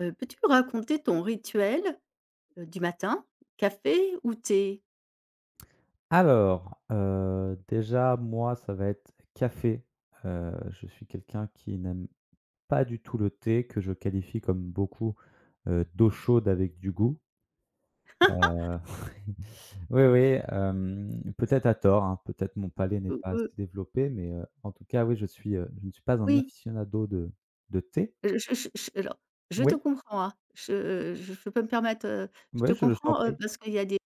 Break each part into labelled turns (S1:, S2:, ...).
S1: Peux-tu me raconter ton rituel, du matin? Café ou thé?
S2: Alors, déjà moi ça va être café. Je suis quelqu'un qui n'aime pas du tout le thé, que je qualifie comme beaucoup, d'eau chaude avec du goût. Heu, oui, oui, peut-être à tort, hein, peut-être mon palais n'est
S1: Heu,
S2: pas
S1: heu,
S2: assez développé, mais, en tout cas oui je suis, je ne suis pas un
S1: oui,
S2: aficionado de thé.
S1: je alors, je te
S2: Oui,
S1: comprends, hein. Je peux me permettre, je te
S2: oui, je t'en
S1: comprends,
S2: prie.
S1: parce qu'il y a des,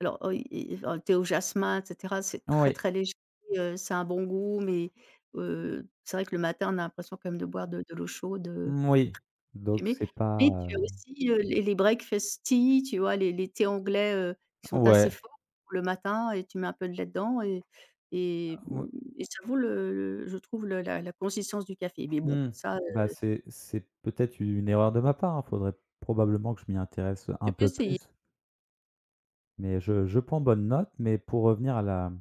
S1: alors, i i thé au jasmin et cetera, c'est très,
S2: Oui,
S1: très léger, ça un bon goût mais, c'est vrai que le matin, on a l'impression quand même de boire de l'eau chaude,
S2: oui. Donc
S1: Mais
S2: c'est pas,
S1: mais tu as aussi, les breakfast tea, tu vois? Les thés anglais, qui sont assez
S2: ouais,
S1: forts le matin, et tu mets un peu de lait dedans et mmh et ça vaut le je trouve le la la consistance du café. Mais bon,
S2: mmh.
S1: ça,
S2: Bah, c'est peut-être une erreur de ma part, hein. Faudrait probablement que je m'y intéresse un
S1: tu peux
S2: peu
S1: essayer.
S2: plus, mais je prends bonne note. Mais pour revenir à la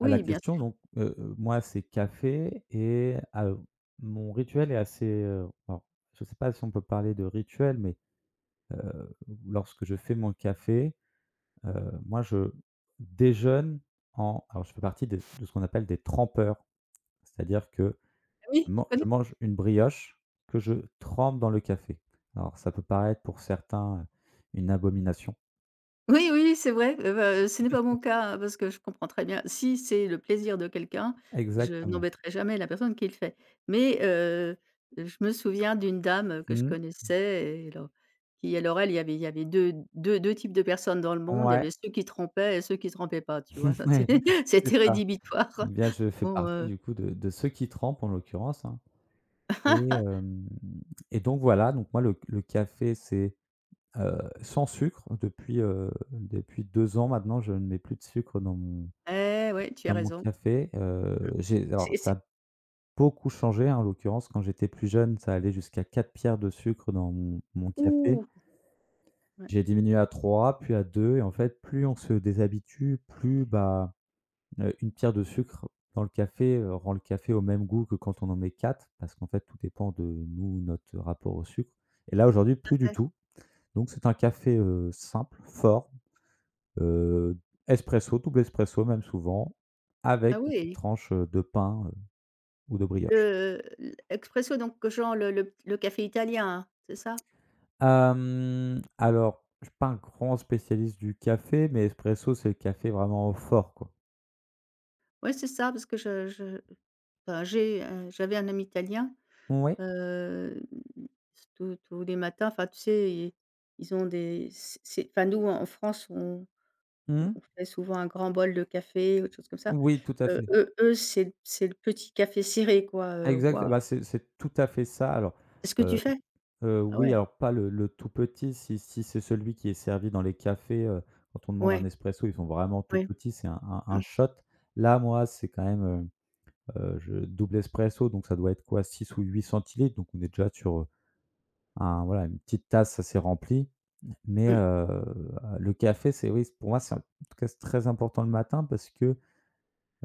S1: bien
S2: question,
S1: sûr.
S2: donc, moi, c'est café et mon rituel est assez, alors, je sais pas si on peut parler de rituel, mais, heu, lorsque je fais mon café, moi, je déjeune en alors je fais partie des de ce qu'on appelle des trempeurs. C'est-à-dire que
S1: Ah
S2: Je
S1: oui, je
S2: man je
S1: connais.
S2: mange une brioche que je trempe dans le café. Alors ça peut paraître pour certains, une abomination.
S1: Oui, oui, c'est vrai, bah, ce n'est pas mon cas, hein, parce que je comprends très bien. Si c'est le plaisir de quelqu'un, je
S2: Exactement.
S1: n'embêterai jamais la personne qui le fait. Mais, je me souviens d'une dame, que je
S2: Mmh.
S1: connaissais, et alors qui, alors, elle, il y avait 2 types de personnes dans le monde. Il y
S2: Ouais,
S1: avait ceux qui trempaient et ceux qui trempaient pas, tu vois? Ça
S2: ouais,
S1: c'est
S2: c'est
S1: c'était
S2: ça.
S1: rédhibitoire.
S2: Bien, je fais
S1: Bon,
S2: partie du coup de ceux qui trempent en l'occurrence, hein, et hem et donc voilà, donc moi le café c'est, sans sucre depuis 2 ans maintenant, je ne mets plus de sucre dans mon
S1: eh ouais, tu as raison.
S2: café,
S1: Mmh.
S2: j'ai alors ça
S1: C'est
S2: a beaucoup changé, hein, en l'occurrence, quand j'étais plus jeune, ça allait jusqu'à 4 pierres de sucre dans mon café.
S1: Ouh! Ouais,
S2: J'ai diminué à 3 puis à 2 et en fait, plus on se déshabitue, plus, bah, une pierre de sucre dans le café, rend le café au même goût que quand on en met 4 parce qu'en fait, tout dépend de nous, notre rapport au sucre et là, aujourd'hui,
S1: tout
S2: plus du
S1: à fait.
S2: tout. Donc c'est un café, simple, fort, heu, espresso, double espresso même souvent,
S1: Ah
S2: avec une petite
S1: oui!
S2: tranche, de pain, ou de brioche.
S1: Le L'expresso, donc genre le café italien, hein, c'est ça?
S2: Alors, je suis pas un grand spécialiste du café, mais espresso, c'est le café vraiment fort, quoi.
S1: Oui, c'est ça, parce que je enfin j'avais un ami italien,
S2: Oui.
S1: heu, tous les matins, enfin tu sais, ils ont des, c'est enfin nous en France on
S2: Mmh.
S1: fait souvent un grand bol de café ou des choses comme ça.
S2: Oui, tout à
S1: Heu,
S2: fait.
S1: eux eux c'est le petit café ciré, quoi,
S2: Exact,
S1: waouh!
S2: bah, c'est tout à fait ça. Alors,
S1: C'est ce que tu
S2: heu
S1: fais? Ah
S2: oui,
S1: ouais?
S2: alors pas le tout petit, si c'est celui qui est servi dans les cafés, quand on demande un
S1: Ouais,
S2: espresso, ils sont vraiment tout
S1: ouais.
S2: petits, c'est un
S1: Mmh,
S2: shot. Là, moi, c'est quand même, je double espresso, donc ça doit être quoi? 6 ou 8 centilitres, donc on est déjà sur, un voilà, une petite tasse, ça s'est rempli. Mais,
S1: mmh.
S2: le café, c'est oui, pour moi, c'est en tout cas, c'est très important le matin parce que,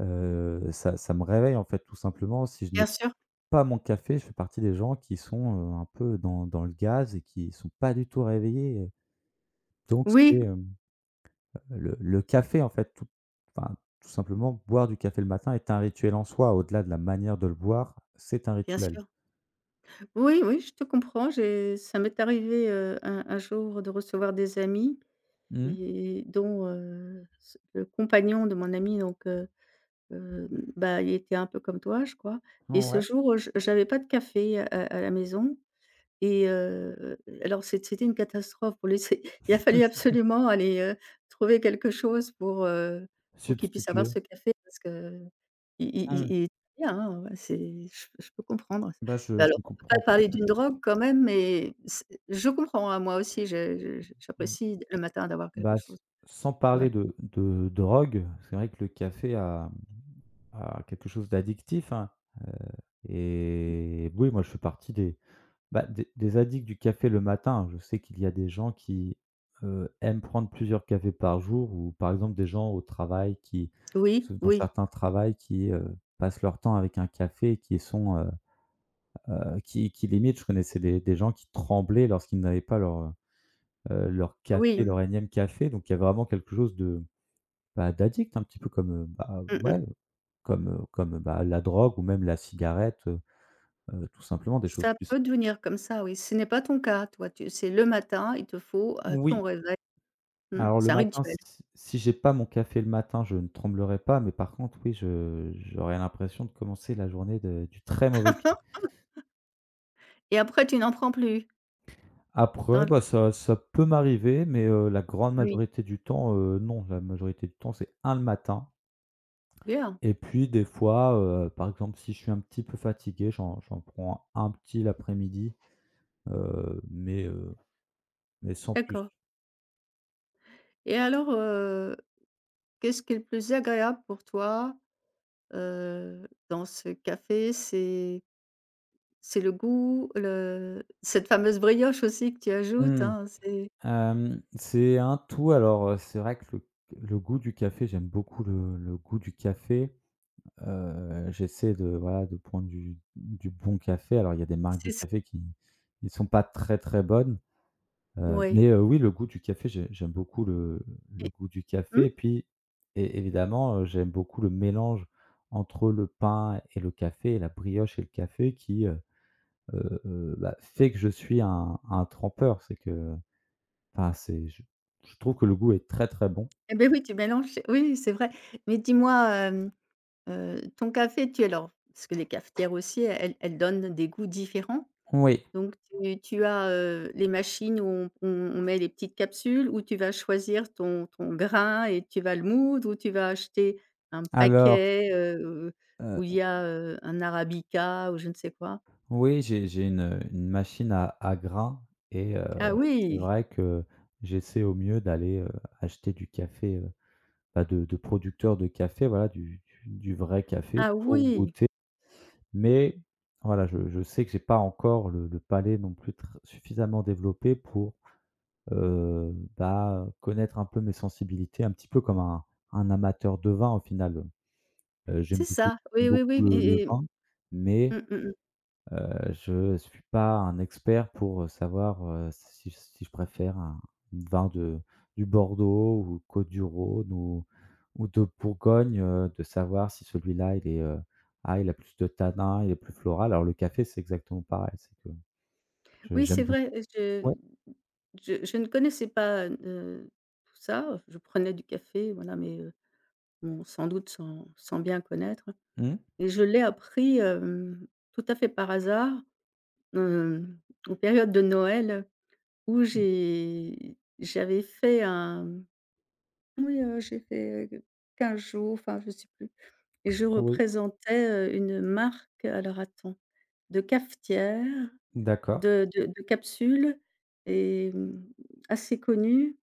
S2: ça me réveille, en fait, tout simplement. Si je
S1: Bien
S2: n'ai
S1: sûr.
S2: pas mon café, je fais partie des gens qui sont, un peu dans le gaz et qui sont pas du tout réveillés, donc c'est,
S1: Oui,
S2: le café, en fait, tout enfin, tout simplement, boire du café le matin est un rituel en soi. Au-delà de la manière de le boire, c'est un
S1: bien
S2: rituel.
S1: sûr. Oui, oui, je te comprends. J'ai, ça m'est arrivé, un jour, de recevoir des amis,
S2: Mmh,
S1: et dont, ce le compagnon de mon ami, donc, hem, bah, il était un peu comme toi, je crois. Et ce
S2: ouais,
S1: jour, je j'avais pas de café à la maison, et heu, alors c'était une catastrophe pour lui. C'est Il a fallu absolument aller, trouver quelque chose pour, qu'il puisse avoir
S2: substituer.
S1: ce café, parce que il il
S2: Mmh,
S1: il il est bien, hein, ouais, c'est je peux comprendre.
S2: bah, je
S1: Bah,
S2: je
S1: alors on ne peut
S2: comprends
S1: pas
S2: tout
S1: parler
S2: à f
S1: d'une drogue quand même, mais c'est je comprends, hein, moi aussi je j'apprécie le matin d'avoir quelque
S2: Bah,
S1: chose.
S2: s sans
S1: Voilà.
S2: parler de drogue, c'est vrai que le café a quelque chose d'addictif, hein, heu et oui, moi je fais partie des, bah, des addicts du café le matin. Je sais qu'il y a des gens qui, aiment prendre plusieurs cafés par jour ou par exemple des gens au travail qui
S1: Oui,
S2: se dans
S1: oui,
S2: certains travails qui, passent leur temps avec un café, qui sont, qui limite je connaissais des gens qui tremblaient lorsqu'ils n'avaient pas leur, leur café,
S1: oui,
S2: leur énième café, donc il y a vraiment quelque chose de bah, d'addict, un petit peu comme, bah,
S1: mmh mh.
S2: ouais, comme, bah, la drogue ou même la cigarette, tout simplement des choses
S1: Ça
S2: plus
S1: peut devenir comme ça, oui. Ce n'est pas ton cas, toi, tu c'est le matin, il te faut,
S2: oui,
S1: ton réveil. Mmh,
S2: alors le
S1: c'est un
S2: matin,
S1: rituel.
S2: si j'ai pas mon café le matin, je ne tremblerai pas, mais par contre, oui, je j'aurais l'impression de commencer la journée de du très mauvais pied.
S1: Et après tu n'en prends plus? Dans
S2: Après,
S1: l
S2: bah, ça peut m'arriver, mais la grande
S1: Oui,
S2: majorité du temps, non, la majorité du temps, c'est un le matin
S1: bien,
S2: et puis des fois, par exemple, si je suis un petit peu fatigué, j'en prends un petit l'après-midi, heu, mais heu Mais sans plus.
S1: d'accord. Et alors, qu'est-ce qui est le plus agréable pour toi, dans ce café? C'est le goût, le cette fameuse brioche aussi que tu ajoutes,
S2: Mmh.
S1: hein,
S2: C'est un tout. Alors, c'est vrai que le goût du café, j'aime beaucoup le goût du café. J'essaie de, voilà, de prendre du bon café. Alors il y a des marques de
S1: c'est ce
S2: café qui ne sont pas très, très bonnes.
S1: ouais,
S2: Mais, oui, le goût du café, j'aime beaucoup le
S1: et
S2: goût du café
S1: mmh?
S2: et puis é évidemment, j'aime beaucoup le mélange entre le pain et le café et la brioche et le café qui, heu bah, fait que je suis un trempeur. C'est que Enfin, c'est je trouve que le goût est très, très bon.
S1: Eh beh, oui, tu mélanges, oui, c'est vrai. Mais dis-moi, ton café, tu alors parce que les cafetières aussi, elles donnent des goûts différents.
S2: Oui,
S1: Donc tu as, les machines où on met les petites capsules, où tu vas choisir ton grain et tu vas le moudre, ou tu vas acheter un
S2: alors,
S1: paquet, où il
S2: Heu,
S1: y a, un arabica ou je ne sais quoi.
S2: oui, j'ai une machine à grains et
S1: Ah
S2: c'est
S1: oui!
S2: vrai que j'essaie au mieux d'aller, acheter du café, bah, de producteurs de café, voilà, du vrai café
S1: Ah
S2: pour
S1: oui!
S2: goûter. Mais voilà, je sais que j'ai pas encore le palais non plus tr suffisamment développé pour, bah, connaître un peu mes sensibilités, un petit peu comme un amateur de vin au final. Heu,
S1: C'est
S2: j'aime beaucoup
S1: ça.
S2: j'aime
S1: Oui, oui,
S2: beaucoup
S1: oui,
S2: le vin,
S1: mmh,
S2: mais
S1: mmh mh.
S2: je suis pas un expert pour, savoir, si je préfère un vin de du Bordeaux ou Côtes-du-Rhône ou de Bourgogne, de savoir si celui-là il est, ah, il a plus de tanins, il est plus floral. Alors le café, c'est exactement pareil, c'est que je
S1: Oui,
S2: j'aime
S1: c'est
S2: beaucoup
S1: vrai,
S2: ouais.
S1: je ne connaissais pas, tout ça. Je prenais du café, voilà, mais, bon, sans doute sans bien connaître.
S2: Mmh
S1: Et je l'ai appris, tout à fait par hasard, hem, en période de Noël où
S2: mh.
S1: j'avais fait un, oui, j'ai fait, 15 jours, enfin je ne sais plus, et je
S2: Oui,
S1: représentais, une marque, alors attends, de cafetière,
S2: d'accord.
S1: de capsules, et mmh, assez connue.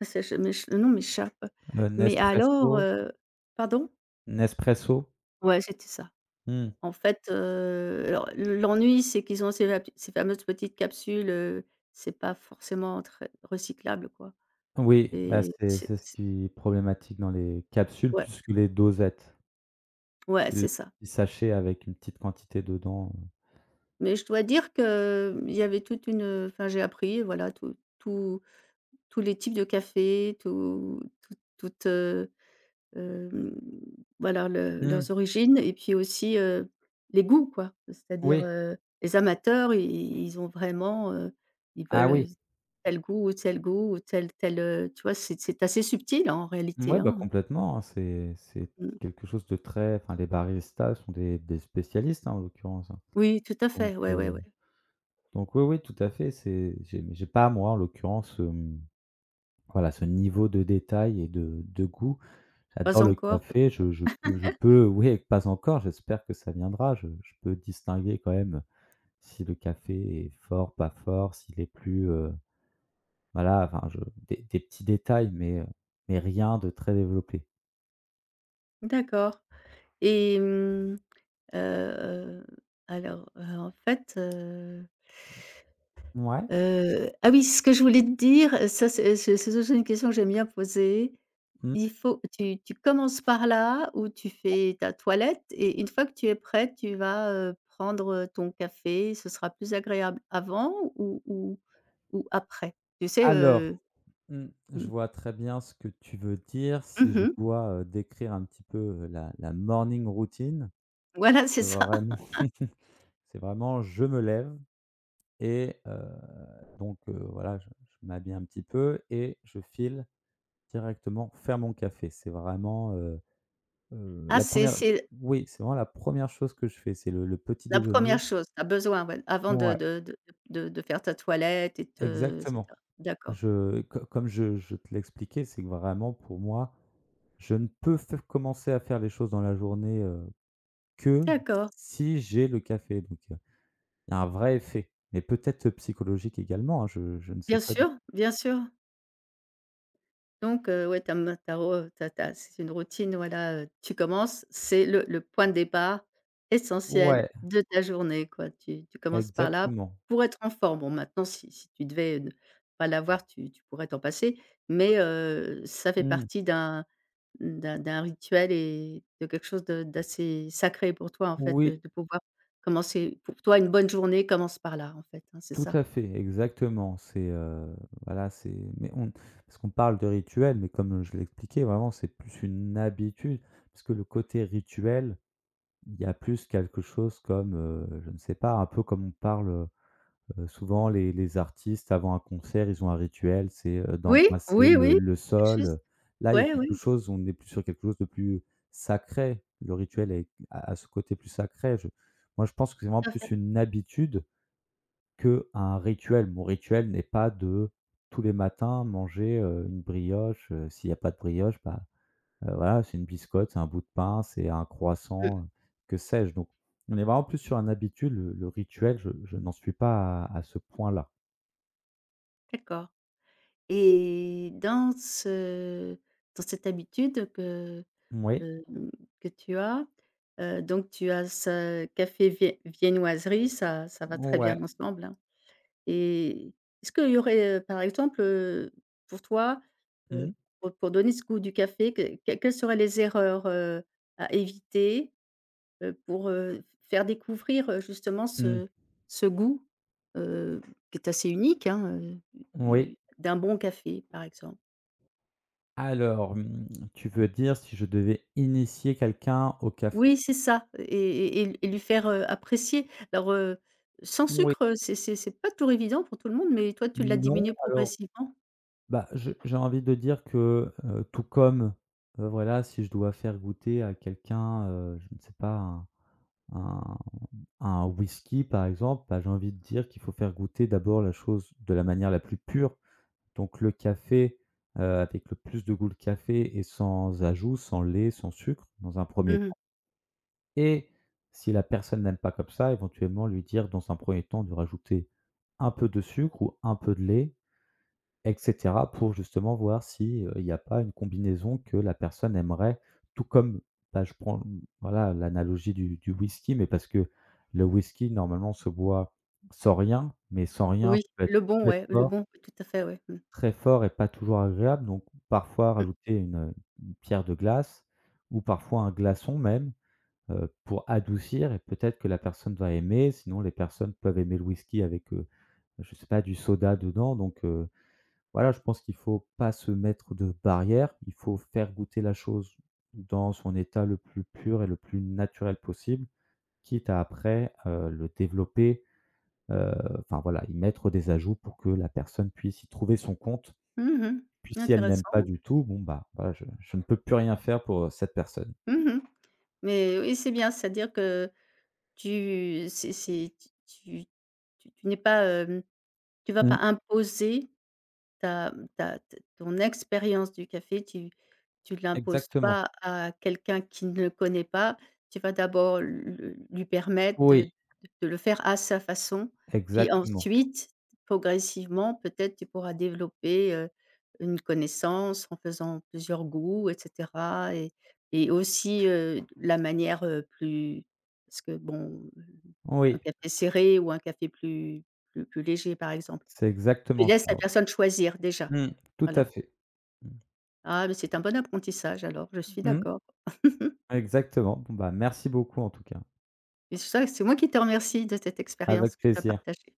S1: Ah, ça, le nom m'échappe.
S2: Heu,
S1: Mais alors,
S2: Nespresso
S1: pardon?
S2: Nespresso.
S1: Ouais, c'était ça.
S2: Mmh.
S1: En fait, alors, l'ennui, c'est qu'ils ont ces, va ces fameuses petites capsules, c'est pas forcément très recyclable, quoi.
S2: Oui, bah,
S1: Et
S2: c'est c'est ce
S1: c'est
S2: qui est problématique dans les capsules
S1: Ouais,
S2: plus que les dosettes.
S1: ouais,
S2: Les
S1: c'est ça.
S2: petits sachets avec une petite quantité dedans,
S1: Mais je dois dire qu'il y avait toute une, enfin, j'ai appris, voilà, tout tout tous les types de café, toutes, Hem, voilà le leurs
S2: mmh,
S1: origines, et puis aussi, les goûts, quoi. C'est-à-dire,
S2: oui,
S1: les amateurs, i ils ont vraiment, ils
S2: ah oui,
S1: veulent tel goût ou tel goût ou tel, tu vois? C'est assez subtil, hein, en réalité,
S2: ouais, bah,
S1: hein.
S2: complètement, hein, c'est
S1: Mmh.
S2: quelque chose de très, enfin, les baristas sont des spécialistes, hein, en l'occurrence, hein.
S1: Oui, tout à
S2: Donc
S1: fait, ouais, ouais,
S2: heu,
S1: ouais.
S2: donc oui, oui, tout à fait, c'est j'ai pas moi, en l'occurrence, voilà, ce niveau de détail et de goût.
S1: Pas
S2: J'adore le
S1: encore peut-être.
S2: café, je peux oui, pas encore, j'espère que ça viendra, je peux distinguer quand même, si le café est fort, pas fort, s'il est plus, voilà, enfin je des petits détails, mais rien de très développé.
S1: D'accord. Et mmh, heu, alors, en fait,
S2: Mouais.
S1: Ah oui, ce que je voulais te dire, ça c'est aussi une question que j'aime bien poser.
S2: Mmh.
S1: Il faut Tu commences par là où tu fais ta toilette et, une fois que tu es prête, tu vas, prendre ton café. Ce sera plus agréable avant ou après? Tu sais,
S2: Alors, mmh,
S1: mmh,
S2: je
S1: mmh,
S2: vois très bien ce que tu veux dire. Si je dois, décrire un petit peu, la morning routine,
S1: voilà, c'est
S2: c'est
S1: ça.
S2: vraiment c'est vraiment je me lève et donc voilà, je m'habille un petit peu et je file directement faire mon café. C'est vraiment,
S1: Ah,
S2: la
S1: c'est
S2: première,
S1: c'est
S2: oui, c'est vraiment la première chose que je fais, c'est le petit
S1: la
S2: déjeuner.
S1: première chose, tu as besoin, ouais, avant
S2: Ouais,
S1: de faire ta toilette et
S2: exactement.
S1: cetera. D'accord,
S2: Je co Comme je te l'expliquais, c'est que vraiment pour moi, je ne peux f commencer à faire les choses dans la journée, que
S1: d'accord.
S2: si j'ai le café, il y a un vrai effet, mais peut-être psychologique également, hein, je ne sais
S1: Bien
S2: pas du
S1: sûr,
S2: tout.
S1: bien sûr. Donc, ouais, tu as ma tu as re tu c'est une routine, voilà, tu commences, c'est le point de départ essentiel
S2: Ouais,
S1: de ta journée, quoi. Tu commences par là
S2: exactement.
S1: pour être en forme. Bon, maintenant, si tu devais ne pas l'avoir, tu pourrais t'en passer, mais ça fait
S2: Mmh.
S1: partie d'un rituel et de quelque chose de d'assez sacré pour toi, en fait, de
S2: Oui.
S1: pouvoir commencer. Pour toi, une bonne journée commence par là, en fait, hein, c'est
S2: Tout
S1: ça?
S2: à fait, exactement. C'est, voilà, c'est mais on parce qu'on parle de rituel, mais comme je l'expliquais, vraiment, c'est plus une habitude, parce que le côté rituel, il y a plus quelque chose comme, je ne sais pas, un peu comme on parle, souvent les artistes avant un concert, ils ont un rituel, c'est,
S1: Oui,
S2: d'embrasser
S1: oui,
S2: le
S1: oui,
S2: le
S1: très juste.
S2: sol. Là, il y a
S1: Ouais,
S2: quelque
S1: oui,
S2: chose, on est plus sur quelque chose de plus sacré. Le rituel est a ce côté plus sacré. Je Moi, je pense que c'est vraiment
S1: tout à fait.
S2: plus une habitude qu'un rituel. Mon rituel n'est pas de, tous les matins, manger, une brioche, s'il n'y a pas de brioche, bah, voilà, c'est une biscotte, c'est un bout de pain, c'est un
S1: Mmh,
S2: croissant, que sais-je. Donc on est vraiment plus sur un habitude, le rituel, je n'en suis pas à ce point-là.
S1: d'accord. Et dans cette habitude
S2: Oui,
S1: hem, que tu as, donc tu as ce café, viennoiserie, ça va très
S2: ouais.
S1: bien ensemble, hein, et est-ce qu'il y aurait, par exemple, pour toi, heu,
S2: Mmh.
S1: pour donner ce goût du café, quelles seraient les erreurs, à éviter, pour, faire découvrir, justement
S2: Mmh.
S1: ce goût, heu, qui est assez unique, hein,
S2: Oui.
S1: du d'un bon café, par exemple?
S2: Alors, tu veux dire si je devais initier quelqu'un au café?
S1: Oui, c'est ça, et lui faire, apprécier. Alors, sans
S2: Oui.
S1: sucre, c'est pas toujours évident pour tout le monde, mais toi, tu l'as
S2: Non,
S1: diminué progressivement.
S2: bah, je j'ai envie de dire que, tout comme, voilà, si je dois faire goûter à quelqu'un, je ne sais pas, un un whisky, par exemple, bah, j'ai envie de dire qu'il faut faire goûter d'abord la chose de la manière la plus pure. Donc le café, avec le plus de goût le café et sans ajout, sans lait, sans sucre, dans un premier
S1: Mmh mh.
S2: temps. Et si la personne n'aime pas comme ça, éventuellement lui dire dans un premier temps de rajouter un peu de sucre ou un peu de lait et cetera, pour justement voir si, il n'y a pas une combinaison que la personne aimerait, tout comme, bah, je prends, voilà, l'analogie du whisky, mais parce que le whisky, normalement, se boit sans rien, mais sans rien,
S1: Oui,
S2: ça peut être
S1: le bon,
S2: très
S1: ouais, le
S2: fort,
S1: bon, oui, tout à fait, ouais. Mmh.
S2: très fort et pas toujours agréable, donc parfois
S1: Mmh.
S2: rajouter une pierre de glace ou parfois un glaçon même, pour adoucir et peut-être que la personne va aimer. Sinon, les personnes peuvent aimer le whisky avec, je sais pas, du soda dedans, voilà, je pense qu'il faut pas se mettre de barrière. Il faut faire goûter la chose dans son état le plus pur et le plus naturel possible, quitte à après, le développer, heu, enfin voilà, y mettre des ajouts pour que la personne puisse y trouver son compte.
S1: Mmh mh.
S2: Puis si elle n'aime pas
S1: Intéressant.
S2: du tout, bon bah, voilà, je ne peux plus rien faire pour, cette personne.
S1: Mmh mh. Mais oui, c'est bien, c'est-à-dire que tu c'est tu tu tu n'es pas, tu vas
S2: Mmh,
S1: pas imposer ta, mmh, ta t ton expérience du café, tu l'imposes
S2: exactement.
S1: pas à quelqu'un qui ne le connaît pas. Tu vas d'abord l lui permettre
S2: Oui,
S1: de le faire à sa façon, puis
S2: exactement.
S1: ensuite, progressivement, peut-être tu pourras développer, une connaissance en faisant plusieurs goûts, et cetera, et aussi, la manière, plus, parce que bon, un
S2: Oui,
S1: café serré ou un café plus léger, par exemple.
S2: c'est
S1: Tu
S2: exactement ça,
S1: laisses la
S2: ouais.
S1: personne choisir déjà.
S2: Mmh, tout à
S1: Voilà.
S2: fait.
S1: Ah mais c'est un bon apprentissage alors, je suis
S2: Mmh,
S1: d'accord.
S2: exactement. Bon bah, merci beaucoup en tout cas.
S1: Et ça, c'est moi qui te remercie de cette
S2: Avec
S1: expérience que tu as
S2: plaisir.
S1: partagée.